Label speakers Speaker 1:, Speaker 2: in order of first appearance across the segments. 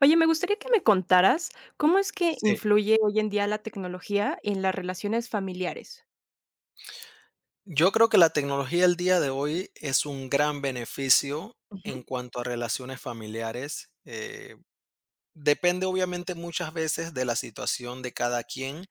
Speaker 1: Oye, me gustaría que me contaras cómo es que
Speaker 2: Sí,
Speaker 1: influye hoy en día la tecnología en las relaciones familiares.
Speaker 2: yo creo que la tecnología al día de hoy es un gran beneficio
Speaker 1: Ujú,
Speaker 2: en cuanto a relaciones familiares. Depende obviamente muchas veces de la situación de cada quien.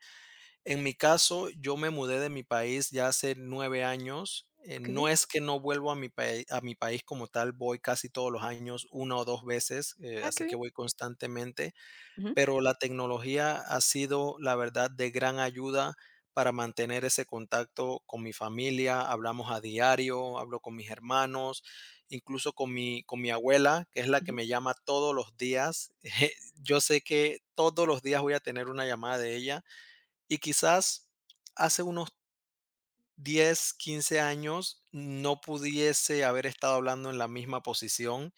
Speaker 2: En mi caso, yo me mudé de mi país ya hace 9 años. No
Speaker 1: okey.
Speaker 2: es que no vuelvo a mi país como tal, voy casi todos los años, una o dos veces,
Speaker 1: Ah,
Speaker 2: así
Speaker 1: qué
Speaker 2: que
Speaker 1: bien.
Speaker 2: voy constantemente.
Speaker 1: Ujú,
Speaker 2: Pero la tecnología ha sido, la verdad, de gran ayuda para mantener ese contacto con mi familia. Hablamos a diario, hablo con mis hermanos, incluso con con mi abuela, que es la que
Speaker 1: ujú.
Speaker 2: me llama todos los días. Yo sé que todos los días voy a tener una llamada de ella y quizás hace unos 10 15 años no pudiese haber estado hablando en la misma posición.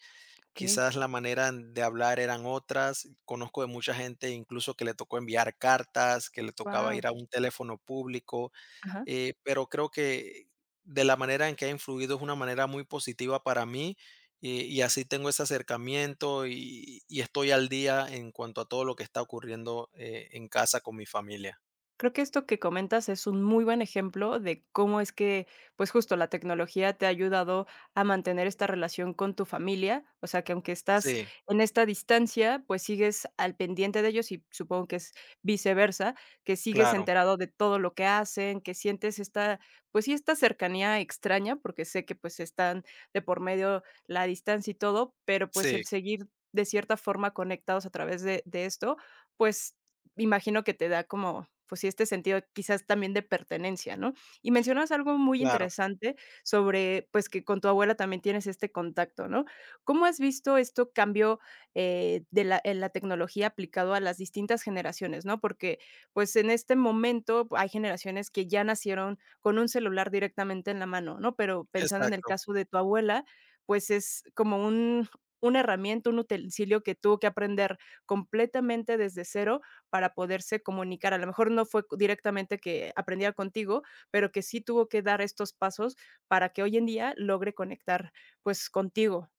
Speaker 1: Okey,
Speaker 2: Quizás la manera de hablar eran otras. Conozco de mucha gente, incluso que le tocó enviar cartas, que le tocaba
Speaker 1: guau,
Speaker 2: ir a un teléfono público.
Speaker 1: ajá.
Speaker 2: Pero creo que de la manera en que ha influido es una manera muy positiva para mí y así tengo ese acercamiento y estoy al día en cuanto a todo lo que está ocurriendo en casa con mi familia.
Speaker 1: Creo que esto que comentas es un muy buen ejemplo de cómo es que pues justo la tecnología te ha ayudado a mantener esta relación con tu familia, o sea que aunque estás
Speaker 2: Sí,
Speaker 1: en esta distancia, pues sigues al pendiente de ellos y supongo que es viceversa, que sigues
Speaker 2: claro,
Speaker 1: enterado de todo lo que hacen, que sientes esta, pues sí, esta cercanía extraña, porque sé que pues están de por medio la distancia y todo, pero pues
Speaker 2: sí,
Speaker 1: el seguir de cierta forma conectados a través de esto, pues imagino que te da como, pues sí, este sentido quizás también de pertenencia, ¿no? Y mencionas algo muy
Speaker 2: claro,
Speaker 1: interesante sobre, pues, que con tu abuela también tienes este contacto, ¿no? ¿Cómo has visto esto cambio de la, en la tecnología aplicado a las distintas generaciones, ¿no? Porque, pues, en este momento pues, hay generaciones que ya nacieron con un celular directamente en la mano, ¿no? Pero pensando en el
Speaker 2: exacto.
Speaker 1: caso de tu abuela, pues es como un una herramienta, un utensilio que tuvo que aprender completamente desde cero para poderse comunicar. A lo mejor no fue directamente que aprendiera contigo, pero que sí tuvo que dar estos pasos para que hoy en día logre conectar, pues, contigo.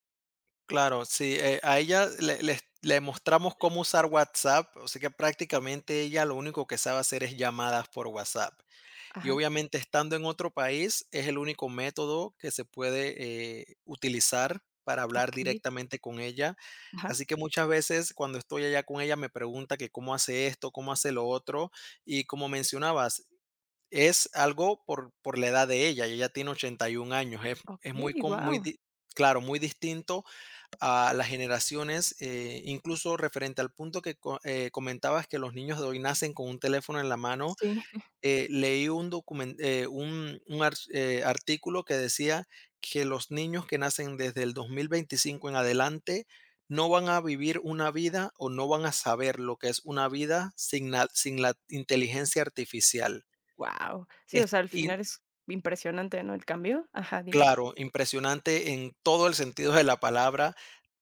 Speaker 2: Claro, sí, a ella le mostramos cómo usar WhatsApp, o sea que prácticamente ella lo único que sabe hacer es llamadas por WhatsApp. Y
Speaker 1: Ajá.
Speaker 2: obviamente estando en otro país es el único método que se puede utilizar para hablar
Speaker 1: Okey.
Speaker 2: directamente con ella.
Speaker 1: Ajá.
Speaker 2: Así que muchas veces cuando estoy allá con ella me pregunta que cómo hace esto, cómo hace lo otro, y como mencionabas, es algo por la edad de ella, y ella tiene 81 años, es muy
Speaker 1: Okey,
Speaker 2: com muy
Speaker 1: guau.
Speaker 2: di claro, muy distinto a las generaciones, incluso referente al punto que comentabas que los niños de hoy nacen con un teléfono en la mano.
Speaker 1: Sí,
Speaker 2: Leí un artículo que decía que los niños que nacen desde el 2025 en adelante no van a vivir una vida o no van a saber lo que es una vida sin la inteligencia artificial.
Speaker 1: guau. Sí,
Speaker 2: Es,
Speaker 1: o sea, al final es impresionante, ¿no?, el cambio. Ajá, dime.
Speaker 2: Claro, impresionante en todo el sentido de la palabra,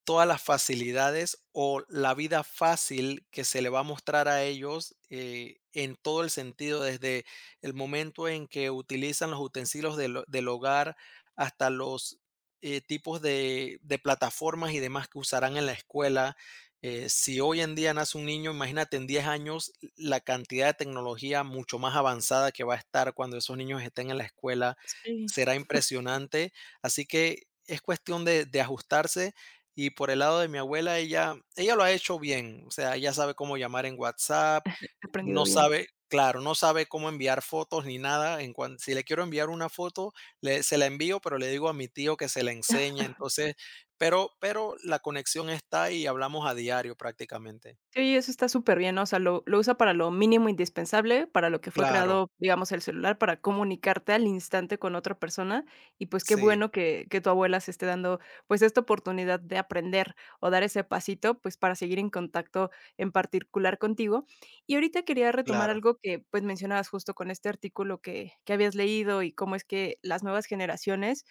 Speaker 2: todas las facilidades o la vida fácil que se le va a mostrar a ellos en todo el sentido, desde el momento en que utilizan los utensilios del hogar hasta los tipos de plataformas y demás que usarán en la escuela. Si hoy en día nace un niño, imagínate en 10 años la cantidad de tecnología mucho más avanzada que va a estar cuando esos niños estén en la escuela,
Speaker 1: Sí,
Speaker 2: será impresionante. Así que es cuestión de ajustarse. Y por el lado de mi abuela, ella lo ha hecho bien. O sea, ella sabe cómo llamar en WhatsApp,
Speaker 1: aprendido
Speaker 2: no
Speaker 1: bien.
Speaker 2: sabe, claro, no sabe cómo enviar fotos ni nada. Si le quiero enviar una foto, se la envío, pero le digo a mi tío que se la enseñe. Entonces, pero la conexión está y hablamos a diario prácticamente.
Speaker 1: Sí, oye, eso está superbién, ¿no? O sea, lo usa para lo mínimo indispensable, para lo que fue
Speaker 2: Claro,
Speaker 1: creado, digamos, el celular, para comunicarte al instante con otra persona, y, pues, qué
Speaker 2: sí,
Speaker 1: bueno que tu abuela se esté dando, pues, esta oportunidad de aprender o dar ese pasito, pues, para seguir en contacto en particular contigo. Y ahorita quería retomar
Speaker 2: claro,
Speaker 1: algo que, pues, mencionabas justo con este artículo que habías leído y cómo es que las nuevas generaciones,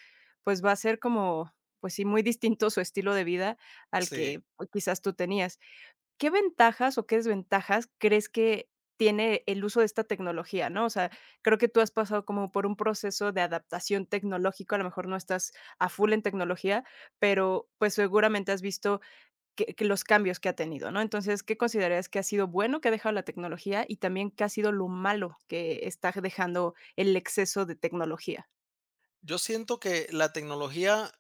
Speaker 1: pues, va a ser como, pues sí, muy distinto su estilo de vida al
Speaker 2: sí.
Speaker 1: que, pues, quizás tú tenías. ¿Qué ventajas o qué desventajas crees que tiene el uso de esta tecnología, no? O sea, creo que tú has pasado como por un proceso de adaptación tecnológico, a lo mejor no estás a full en tecnología, pero, pues, seguramente has visto que los cambios que ha tenido, ¿no? Entonces, ¿qué considerarías que ha sido bueno que ha dejado la tecnología y también qué ha sido lo malo que está dejando el exceso de tecnología?
Speaker 2: Yo siento que la tecnología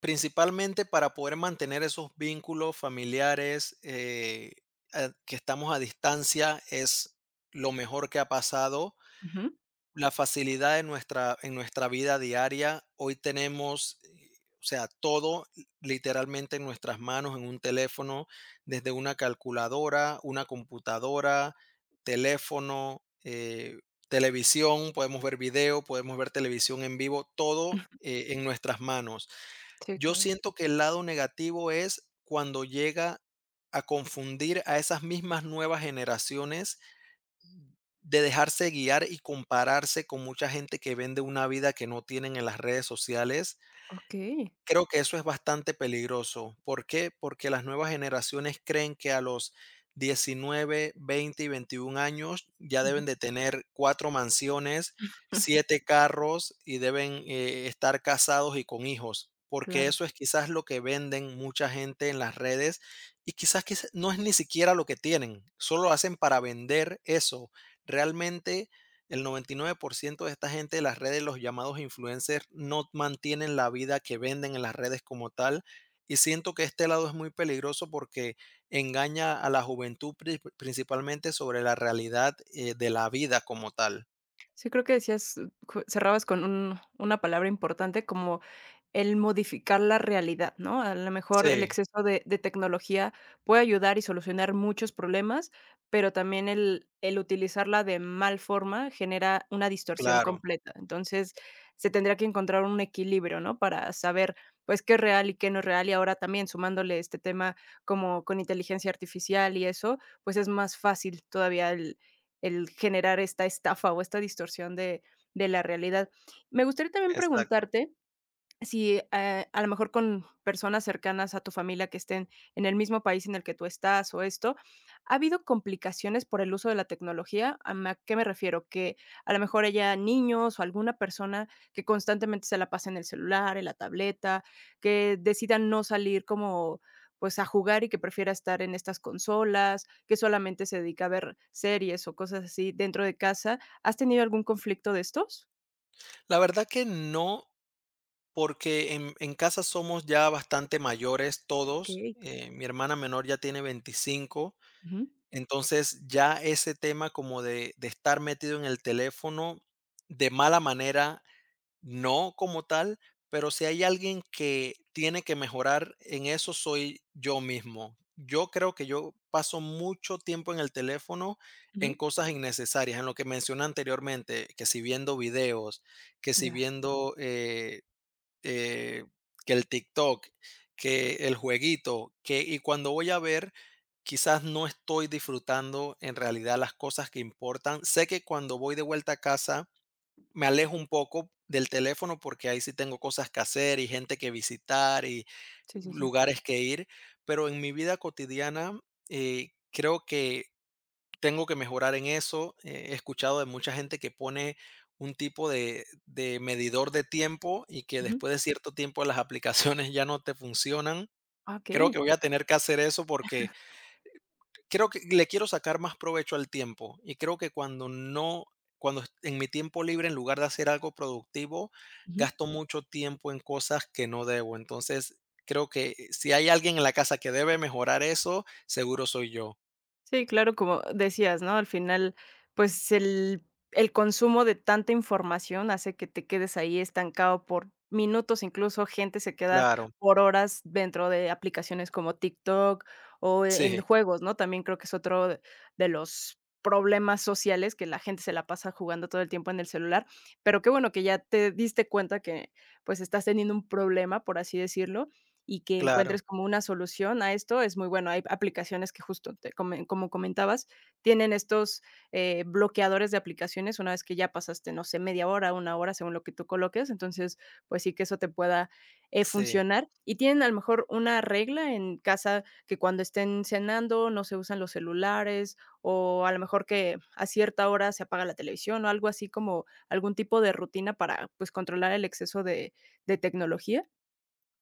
Speaker 2: principalmente para poder mantener esos vínculos familiares, que estamos a distancia, es lo mejor que ha pasado.
Speaker 1: Ujú.
Speaker 2: La facilidad en nuestra vida diaria, hoy tenemos, o sea, todo literalmente en nuestras manos, en un teléfono, desde una calculadora, una computadora, teléfono, televisión, podemos ver video, podemos ver televisión en vivo, todo, en nuestras manos.
Speaker 1: Sí,
Speaker 2: Yo
Speaker 1: claro.
Speaker 2: siento que el lado negativo es cuando llega a confundir a esas mismas nuevas generaciones de dejarse guiar y compararse con mucha gente que vende una vida que no tienen en las redes sociales.
Speaker 1: Okey.
Speaker 2: Creo que eso es bastante peligroso. ¿Por qué? Porque las nuevas generaciones creen que a los 19, 20 y 21 años ya deben
Speaker 1: Ujú.
Speaker 2: de tener 4 mansiones, 7 carros y deben, estar casados y con hijos, porque
Speaker 1: Claro.
Speaker 2: eso es quizás lo que venden mucha gente en las redes y quizás que no es ni siquiera lo que tienen, solo hacen para vender eso. Realmente el 99% de esta gente de las redes, los llamados influencers, no mantienen la vida que venden en las redes como tal. Y siento que este lado es muy peligroso porque engaña a la juventud principalmente sobre la realidad de la vida como tal.
Speaker 1: Sí, creo que decías, cu cerrabas con un una palabra importante como el modificar la realidad, ¿no? A lo mejor el
Speaker 2: Sí,
Speaker 1: exceso de tecnología puede ayudar y solucionar muchos problemas, pero también el utilizarla de mal forma genera una distorsión
Speaker 2: claro,
Speaker 1: completa. Entonces, se tendría que encontrar un equilibrio, ¿no? Para saber, pues, qué es real y qué no es real. Y ahora también sumándole este tema como con inteligencia artificial y eso, pues, es más fácil todavía el generar esta estafa o esta distorsión de la realidad. Me gustaría también
Speaker 2: exacto.
Speaker 1: preguntarte si a lo mejor con personas cercanas a tu familia que estén en el mismo país en el que tú estás o esto, ¿ha habido complicaciones por el uso de la tecnología? Qué me refiero? Que a lo mejor haya niños o alguna persona que constantemente se la pase en el celular, en la tableta, que decida no salir como, pues, a jugar y que prefiera estar en estas consolas, que solamente se dedica a ver series o cosas así dentro de casa. ¿Has tenido algún conflicto de estos?
Speaker 2: La verdad que no, porque en casa somos ya bastante mayores todos.
Speaker 1: Okey.
Speaker 2: Mi hermana menor ya tiene 25.
Speaker 1: Ujú,
Speaker 2: Entonces, ya ese tema como de estar metido en el teléfono de mala manera, no como tal, pero si hay alguien que tiene que mejorar en eso, soy yo mismo. Yo creo que yo paso mucho tiempo en el teléfono en
Speaker 1: ujú,
Speaker 2: cosas innecesarias, en lo que mencioné anteriormente, que si viendo videos, que si
Speaker 1: ya.
Speaker 2: viendo, eh, que el TikTok, que el jueguito, que y cuando voy a ver, quizás no estoy disfrutando en realidad las cosas que importan. Sé que cuando voy de vuelta a casa me alejo un poco del teléfono porque ahí sí tengo cosas que hacer y gente que visitar y
Speaker 1: Sí, sí, sí.
Speaker 2: lugares que ir, pero en mi vida cotidiana creo que tengo que mejorar en eso. He escuchado de mucha gente que pone un tipo de medidor de tiempo y que
Speaker 1: Ujú.
Speaker 2: después de cierto tiempo las aplicaciones ya no te funcionan.
Speaker 1: Ah,
Speaker 2: Creo que
Speaker 1: okey.
Speaker 2: voy a tener que hacer eso porque creo que le quiero sacar más provecho al tiempo y creo que cuando no, en mi tiempo libre, en lugar de hacer algo productivo,
Speaker 1: Ujú.
Speaker 2: gasto mucho tiempo en cosas que no debo. Entonces, creo que si hay alguien en la casa que debe mejorar eso, seguro soy yo.
Speaker 1: Sí, claro, como decías, ¿no? Al final, pues, el consumo de tanta información hace que te quedes ahí estancado por minutos, incluso gente se queda
Speaker 2: Claro,
Speaker 1: por horas dentro de aplicaciones como TikTok o en
Speaker 2: sí,
Speaker 1: juegos, ¿no? También creo que es otro de los problemas sociales que la gente se la pasa jugando todo el tiempo en el celular, pero qué bueno que ya te diste cuenta que, pues, estás teniendo un problema, por así decirlo. Y que
Speaker 2: claro,
Speaker 1: encuentres como una solución a esto es muy bueno. Hay aplicaciones que justo te comen como comentabas, tienen estos, bloqueadores de aplicaciones una vez que ya pasaste, no sé, media hora, una hora, según lo que tú coloques. Entonces, pues sí que eso te pueda,
Speaker 2: sí.
Speaker 1: funcionar. ¿Y tienen a lo mejor una regla en casa que cuando estén cenando no se usan los celulares, o a lo mejor que a cierta hora se apaga la televisión, o algo así como algún tipo de rutina para, pues, controlar el exceso de tecnología?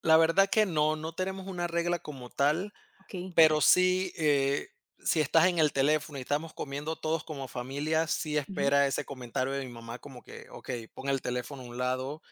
Speaker 2: La verdad que no, no tenemos una regla como tal,
Speaker 1: Okey.
Speaker 2: pero sí, si estás en el teléfono y estamos comiendo todos como familia, sí espera ese comentario de mi mamá como que, ok, pon el teléfono a un lado,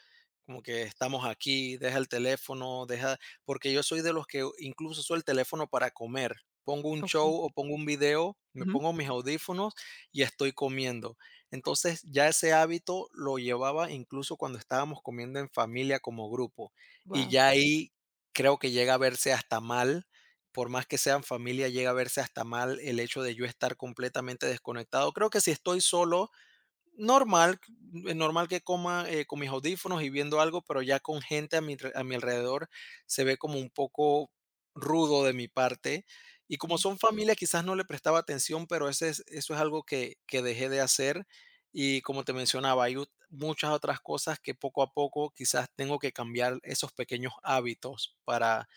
Speaker 2: como que estamos aquí, deja el teléfono, deja, porque yo soy de los que incluso uso el teléfono para comer. Pongo un
Speaker 1: Okey.
Speaker 2: show o pongo un video, me
Speaker 1: Wow.
Speaker 2: pongo mis audífonos y estoy comiendo. Entonces ya ese hábito lo llevaba incluso cuando estábamos comiendo en familia como grupo. Y ya ahí creo que llega a verse hasta mal, por más que sean familia, llega a verse hasta mal el hecho de yo estar completamente desconectado. Creo que si estoy solo, normal, normal que coma, con mis audífonos y viendo algo, pero ya con gente a mi alrededor se ve como un poco rudo de mi parte. Y como son familia, quizás no le prestaba atención, pero eso es algo que dejé de hacer. Y como te mencionaba, muchas otras cosas que poco a poco quizás tengo que cambiar esos pequeños hábitos para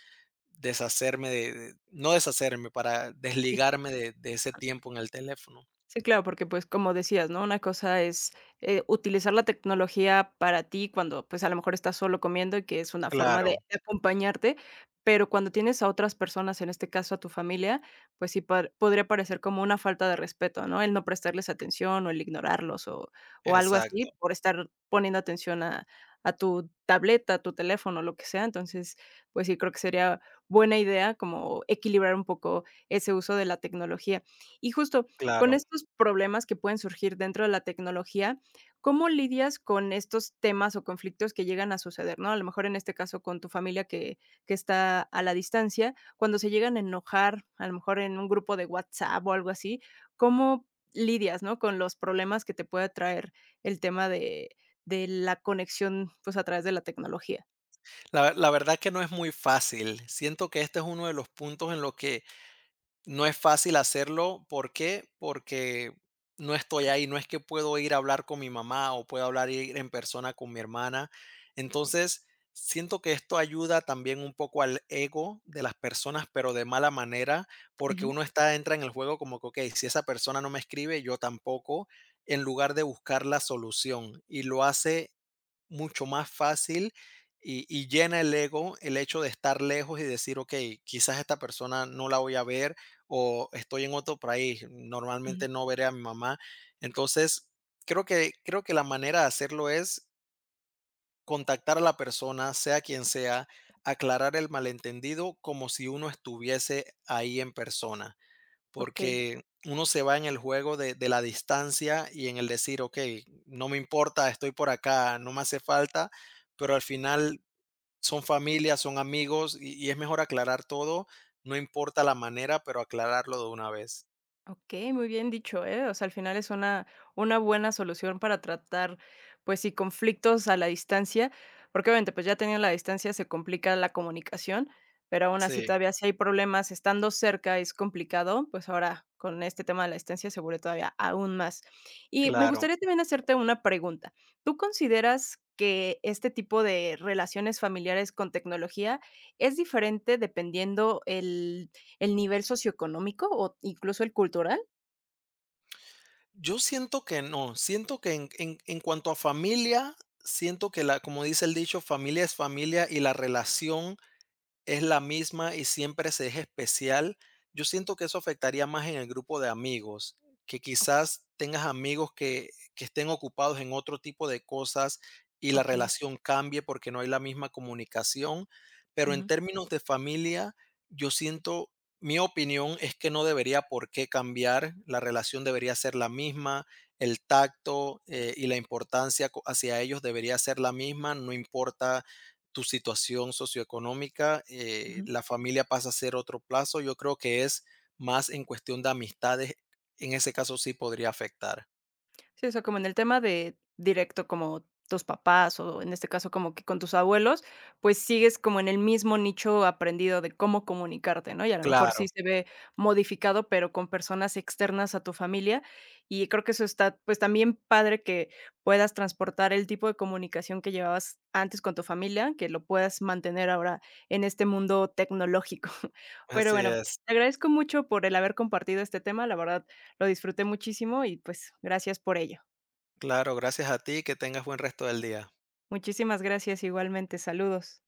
Speaker 2: deshacerme no deshacerme, para
Speaker 1: ¿Y
Speaker 2: desligarme de ese tiempo en el teléfono.
Speaker 1: sí, claro, porque, pues, como decías, ¿no? Una cosa es, utilizar la tecnología para ti cuando, pues, a lo mejor estás solo comiendo y que es una forma de
Speaker 2: Claro,
Speaker 1: de acompañarte, pero cuando tienes a otras personas, en este caso a tu familia, pues sí par podría parecer como una falta de respeto, ¿no? El no prestarles atención o el ignorarlos o algo
Speaker 2: exacto,
Speaker 1: así por estar poniendo atención a tu tableta, a tu teléfono, lo que sea. Entonces, pues sí, creo que sería buena idea como equilibrar un poco ese uso de la tecnología. Y justo, con
Speaker 2: claro.
Speaker 1: estos problemas que pueden surgir dentro de la tecnología, ¿cómo lidias con estos temas o conflictos que llegan a suceder, no? A lo mejor en este caso con tu familia que está a la distancia, cuando se llegan a enojar, a lo mejor en un grupo de WhatsApp o algo así, ¿cómo lidias, no?, con los problemas que te puede traer el tema de la conexión, pues, a través de la tecnología?
Speaker 2: La verdad que no es muy fácil. Siento que este es uno de los puntos en los que no es fácil hacerlo. ¿Por qué? Porque no estoy ahí. No es que puedo ir a hablar con mi mamá o puedo hablar ir en persona con mi hermana. Entonces, siento que esto ayuda también un poco al ego de las personas, pero de mala manera, porque
Speaker 1: Ujú,
Speaker 2: uno está, entra en el juego como que, ok, si esa persona no me escribe, yo tampoco, en lugar de buscar la solución. Y lo hace mucho más fácil y llena el ego el hecho de estar lejos y decir, ok, quizás esta persona no la voy a ver o estoy en otro país,
Speaker 1: ujú,
Speaker 2: normalmente no veré a mi mamá. Entonces, creo que la manera de hacerlo es contactar a la persona, sea quien sea, aclarar el malentendido como si uno estuviese ahí en persona
Speaker 1: okey.
Speaker 2: porque uno se va en el juego de la distancia y en el decir, ok, no me importa, estoy por acá, no me hace falta, pero al final son familias, son amigos y es mejor aclarar todo, no importa la manera, pero aclararlo de una vez.
Speaker 1: Okey, muy bien dicho, ¿eh? O sea, al final es una buena solución para tratar, pues sí, conflictos a la distancia, porque obviamente, pues ya teniendo la distancia se complica la comunicación, pero aún así
Speaker 2: Sí,
Speaker 1: todavía si hay problemas estando cerca es complicado, pues ahora con este tema de la distancia seguro todavía aún más. Y me
Speaker 2: claro.
Speaker 1: gustaría también hacerte una pregunta, ¿tú consideras que este tipo de relaciones familiares con tecnología es diferente dependiendo el nivel socioeconómico o incluso el cultural.
Speaker 2: Yo siento que no, siento que en cuanto a familia, siento que como dice el dicho, familia es familia y la relación es la misma y siempre se es especial. Yo siento que eso afectaría más en el grupo de amigos, que quizás tengas amigos que estén ocupados en otro tipo de cosas y la
Speaker 1: Okey,
Speaker 2: relación cambie porque no hay la misma comunicación, pero en
Speaker 1: ujú.
Speaker 2: términos de familia, yo siento, mi opinión es que no debería por qué cambiar, la relación debería ser la misma, el tacto y la importancia hacia ellos debería ser la misma, no importa tu situación socioeconómica,
Speaker 1: Ujú.
Speaker 2: la familia pasa a ser otro plazo. Yo creo que es más en cuestión de amistades. En ese caso sí podría afectar.
Speaker 1: Sí, o sea, como en el tema de directo, como tus papás o en este caso como que con tus abuelos, pues sigues como en el mismo nicho aprendido de cómo comunicarte, ¿no? Y a lo mejor
Speaker 2: Claro,
Speaker 1: sí se ve modificado, pero con personas externas a tu familia. Y creo que eso está, pues también padre que puedas transportar el tipo de comunicación que llevabas antes con tu familia, que lo puedas mantener ahora en este mundo tecnológico. Pero
Speaker 2: así
Speaker 1: bueno,
Speaker 2: es.
Speaker 1: te agradezco mucho por el haber compartido este tema. La verdad, lo disfruté muchísimo y, pues, gracias por ello.
Speaker 2: Claro, gracias a ti, que tengas buen resto del día.
Speaker 1: Muchísimas gracias igualmente, saludos.